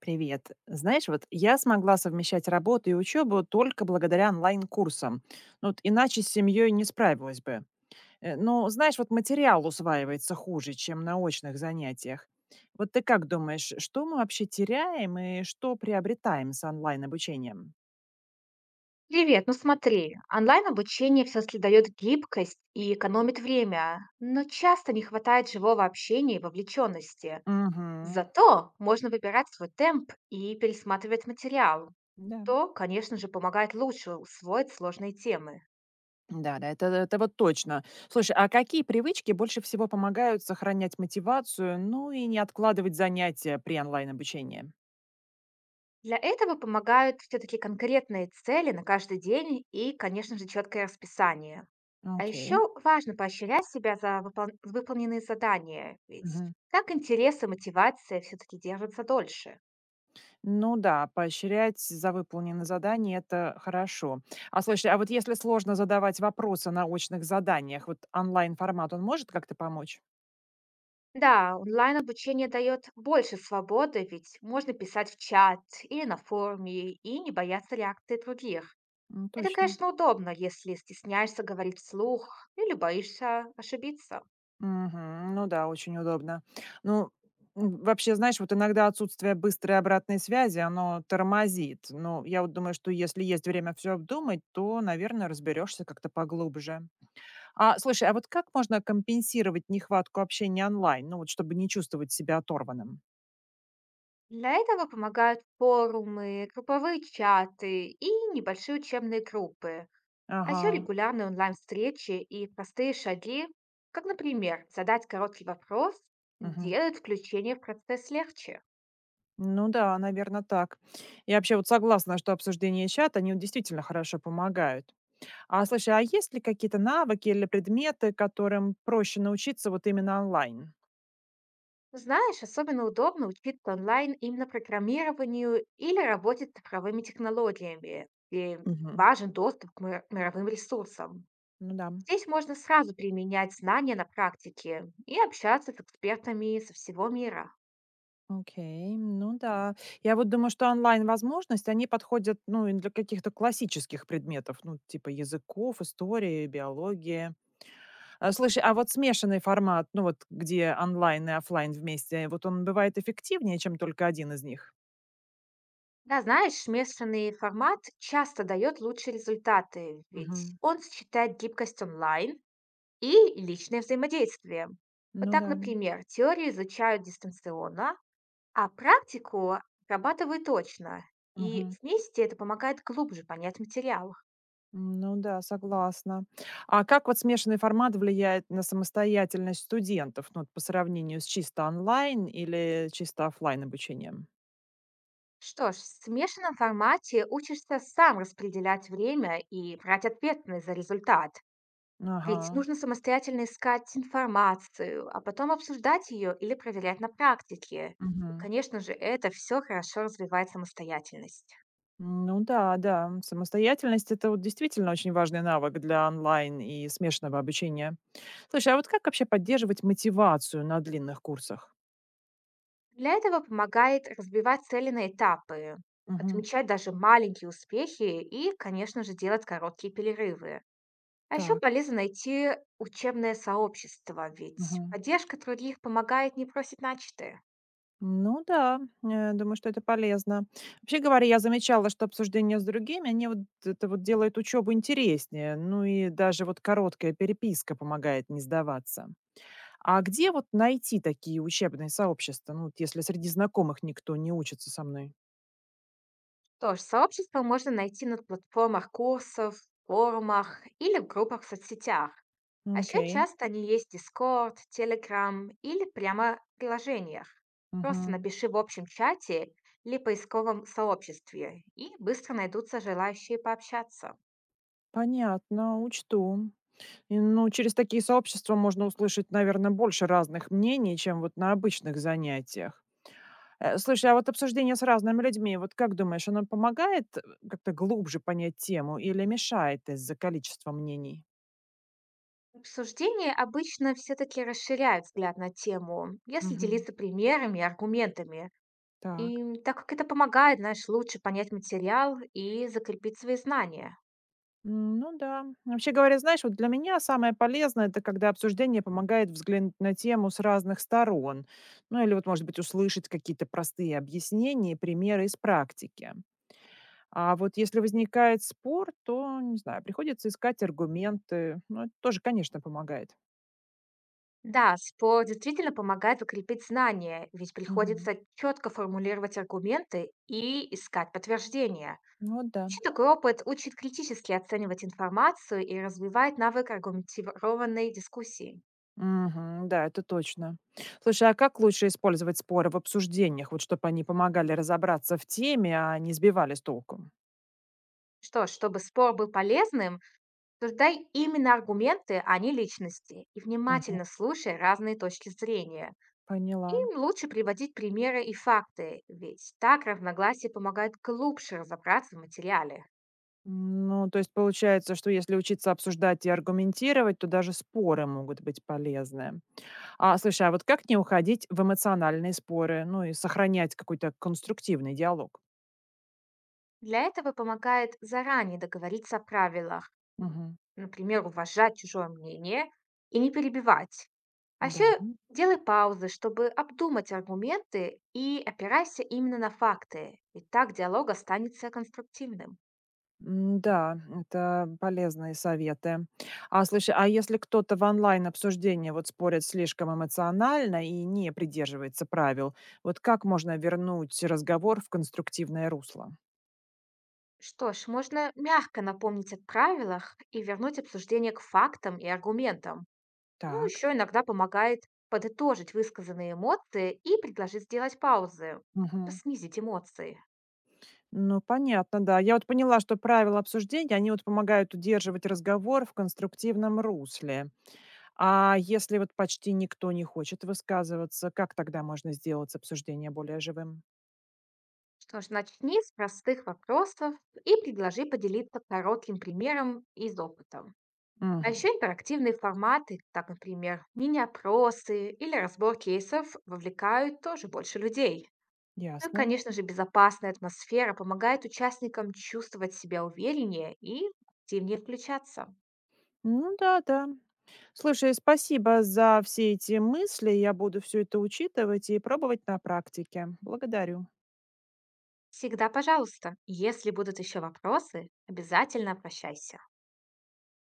Привет. Знаешь, вот я смогла совмещать работу и учебу только благодаря онлайн-курсам. Ну, вот иначе с семьей не справилась бы. Но, знаешь, вот материал усваивается хуже, чем на очных занятиях. Вот ты как думаешь, что мы вообще теряем и что приобретаем с онлайн-обучением? Привет, ну смотри, онлайн-обучение все-таки дает гибкость и экономит время, но часто не хватает живого общения и вовлеченности. Угу. Зато можно выбирать свой темп и пересматривать материал, Да. то, конечно же, помогает лучше усвоить сложные темы. Да, да, это вот точно. Слушай, а какие привычки больше всего помогают сохранять мотивацию, ну и не откладывать занятия при онлайн-обучении? Для этого помогают все-таки конкретные цели на каждый день и, конечно же, четкое расписание. А Окей. еще важно поощрять себя за выполненные задания, ведь Мгм. так интересы, мотивация все-таки держатся дольше. Ну да, поощрять за выполненные задания- это хорошо. А слушай, а вот если сложно задавать вопросы на очных заданиях, вот онлайн-формат, он может как-то помочь? Да, онлайн-обучение дает больше свободы, ведь можно писать в чат или на форуме и не бояться реакции других. М, Это, точно. конечно, удобно, если стесняешься говорить вслух или боишься ошибиться. Мгм. Ну да, очень удобно. Ну, вообще, знаешь, вот иногда отсутствие быстрой обратной связи, оно тормозит. Но я вот думаю, что если есть время все обдумать, то, наверное, разберешься как-то поглубже. А слушай, а вот как можно компенсировать нехватку общения онлайн, ну вот чтобы не чувствовать себя оторванным? Для этого помогают форумы, групповые чаты и небольшие учебные группы, а еще Ага. регулярные онлайн-встречи и простые шаги, как, например, задать короткий вопрос, Мгм. делают включение в процесс легче. Ну да, наверное, так. Я вообще вот согласна, что обсуждение чат, они вот действительно хорошо помогают. А слушай, а есть ли какие-то навыки или предметы, которым проще научиться вот именно онлайн? Знаешь, особенно удобно учиться онлайн именно программированию или работе с цифровыми технологиями, где Мгм. важен доступ к мировым ресурсам. Ну да. Здесь можно сразу применять знания на практике и общаться с экспертами со всего мира. Окей, ну да. Я вот думаю, что онлайн-возможности, они подходят, ну, и для каких-то классических предметов, ну, типа языков, истории, биологии. А, слушай, а вот смешанный формат, ну, вот где онлайн и оффлайн вместе, вот он бывает эффективнее, чем только один из них? Да, знаешь, смешанный формат часто дает лучшие результаты, ведь Мгм. он сочетает гибкость онлайн и личное взаимодействие. Вот Ну так, да. например, теорию изучают дистанционно, а практику отрабатываю точно, и Мгм. вместе это помогает глубже понять материал. Ну да, согласна. А как вот смешанный формат влияет на самостоятельность студентов, ну, вот по сравнению с чисто онлайн или чисто оффлайн обучением? Что ж, в смешанном формате учишься сам распределять время и брать ответственность за результат. Ага. Ведь нужно самостоятельно искать информацию, а потом обсуждать ее или проверять на практике. И, Мгм. конечно же, это все хорошо развивает самостоятельность. Ну да, да. Самостоятельность- это вот действительно очень важный навык для онлайн и смешанного обучения. Слушай, а вот как вообще поддерживать мотивацию на длинных курсах? Для этого помогает разбивать цели на этапы, Мгм. отмечать даже маленькие успехи и, конечно же, делать короткие перерывы. А еще Так. полезно найти учебное сообщество, ведь Мгм. поддержка других помогает не бросить начатое. Ну да, думаю, что это полезно. Вообще говоря, я замечала, что обсуждения с другими, они вот это вот делают учебу интереснее. Ну и даже вот короткая переписка помогает не сдаваться. А где вот найти такие учебные сообщества? Ну, вот если среди знакомых никто не учится со мной. Тоже сообщество можно найти на платформах курсов, форумах или в группах в соцсетях. А еще Окей. часто они есть в Discord, Telegram или прямо в приложениях. Просто Мгм. напиши в общем чате или поисковом сообществе, и быстро найдутся желающие пообщаться. Понятно, учту. И, ну, через такие сообщества можно услышать, наверное, больше разных мнений, чем вот на обычных занятиях. Слушай, а вот обсуждение с разными людьми, вот как думаешь, оно помогает, как-то глубже понять тему или мешает из-за количества мнений? Обсуждения обычно все-таки расширяют взгляд на тему, если Мгм. делиться примерами и аргументами. Так. И так как это помогает, знаешь, лучше понять материал и закрепить свои знания. М, ну да. Вообще говоря, знаешь, вот для меня самое полезное- это когда обсуждение помогает взглянуть на тему с разных сторон. Ну или вот, может быть, услышать какие-то простые объяснения и примеры из практики. А вот если возникает спор, то, не знаю, приходится искать аргументы. Ну, это тоже, конечно, помогает. Да, спор действительно помогает укрепить знания, ведь Мгм. приходится четко формулировать аргументы и искать подтверждения. Ну вот да. Вообще такой опыт учит критически оценивать информацию и развивает навык аргументированной дискуссии. Мгм. Да, это точно. Слушай, а как лучше использовать споры в обсуждениях, вот чтобы они помогали разобраться в теме, а не сбивали с толку? Что ж, чтобы спор был полезным, создай именно аргументы, а не личности, и Мгм. внимательно слушай разные точки зрения. Поняла. Им лучше приводить примеры и факты, ведь так равногласие помогает глубже разобраться в материале. Ну, то есть получается, что если учиться обсуждать и аргументировать, то даже споры могут быть полезны. А слушай, а вот как не уходить в эмоциональные споры, ну и сохранять какой-то конструктивный диалог? Для этого помогает заранее договориться о правилах, м, Мгм. например, уважать чужое мнение и не перебивать. А еще Да. делай паузы, чтобы обдумать аргументы и опирайся именно на факты, и так диалог останется конструктивным. М, да, это полезные советы. А слушай, а если кто-то в онлайн-обсуждении вот спорит слишком эмоционально и не придерживается правил, вот как можно вернуть разговор в конструктивное русло? Что ж, можно мягко напомнить о правилах и вернуть обсуждение к фактам и аргументам. Ну, Так. еще иногда помогает подытожить высказанные эмоции и предложить сделать паузы, чтобы Мгм. снизить эмоции. Ну, понятно, да. Я вот поняла, что правила обсуждения, они вот помогают удерживать разговор в конструктивном русле. А если вот почти никто не хочет высказываться, как тогда можно сделать обсуждение более живым? Что ж, начни с простых вопросов и предложи поделиться коротким примером из опыта. А Мгм. еще интерактивные форматы, так, например, мини-опросы или разбор кейсов, вовлекают тоже больше людей. Ну и, Ясно. конечно же, безопасная атмосфера помогает участникам чувствовать себя увереннее и активнее включаться. Ну да, да. Слушай, спасибо за все эти мысли. Я буду все это учитывать и пробовать на практике. Благодарю. Всегда пожалуйста. Если будут еще вопросы, обязательно обращайся.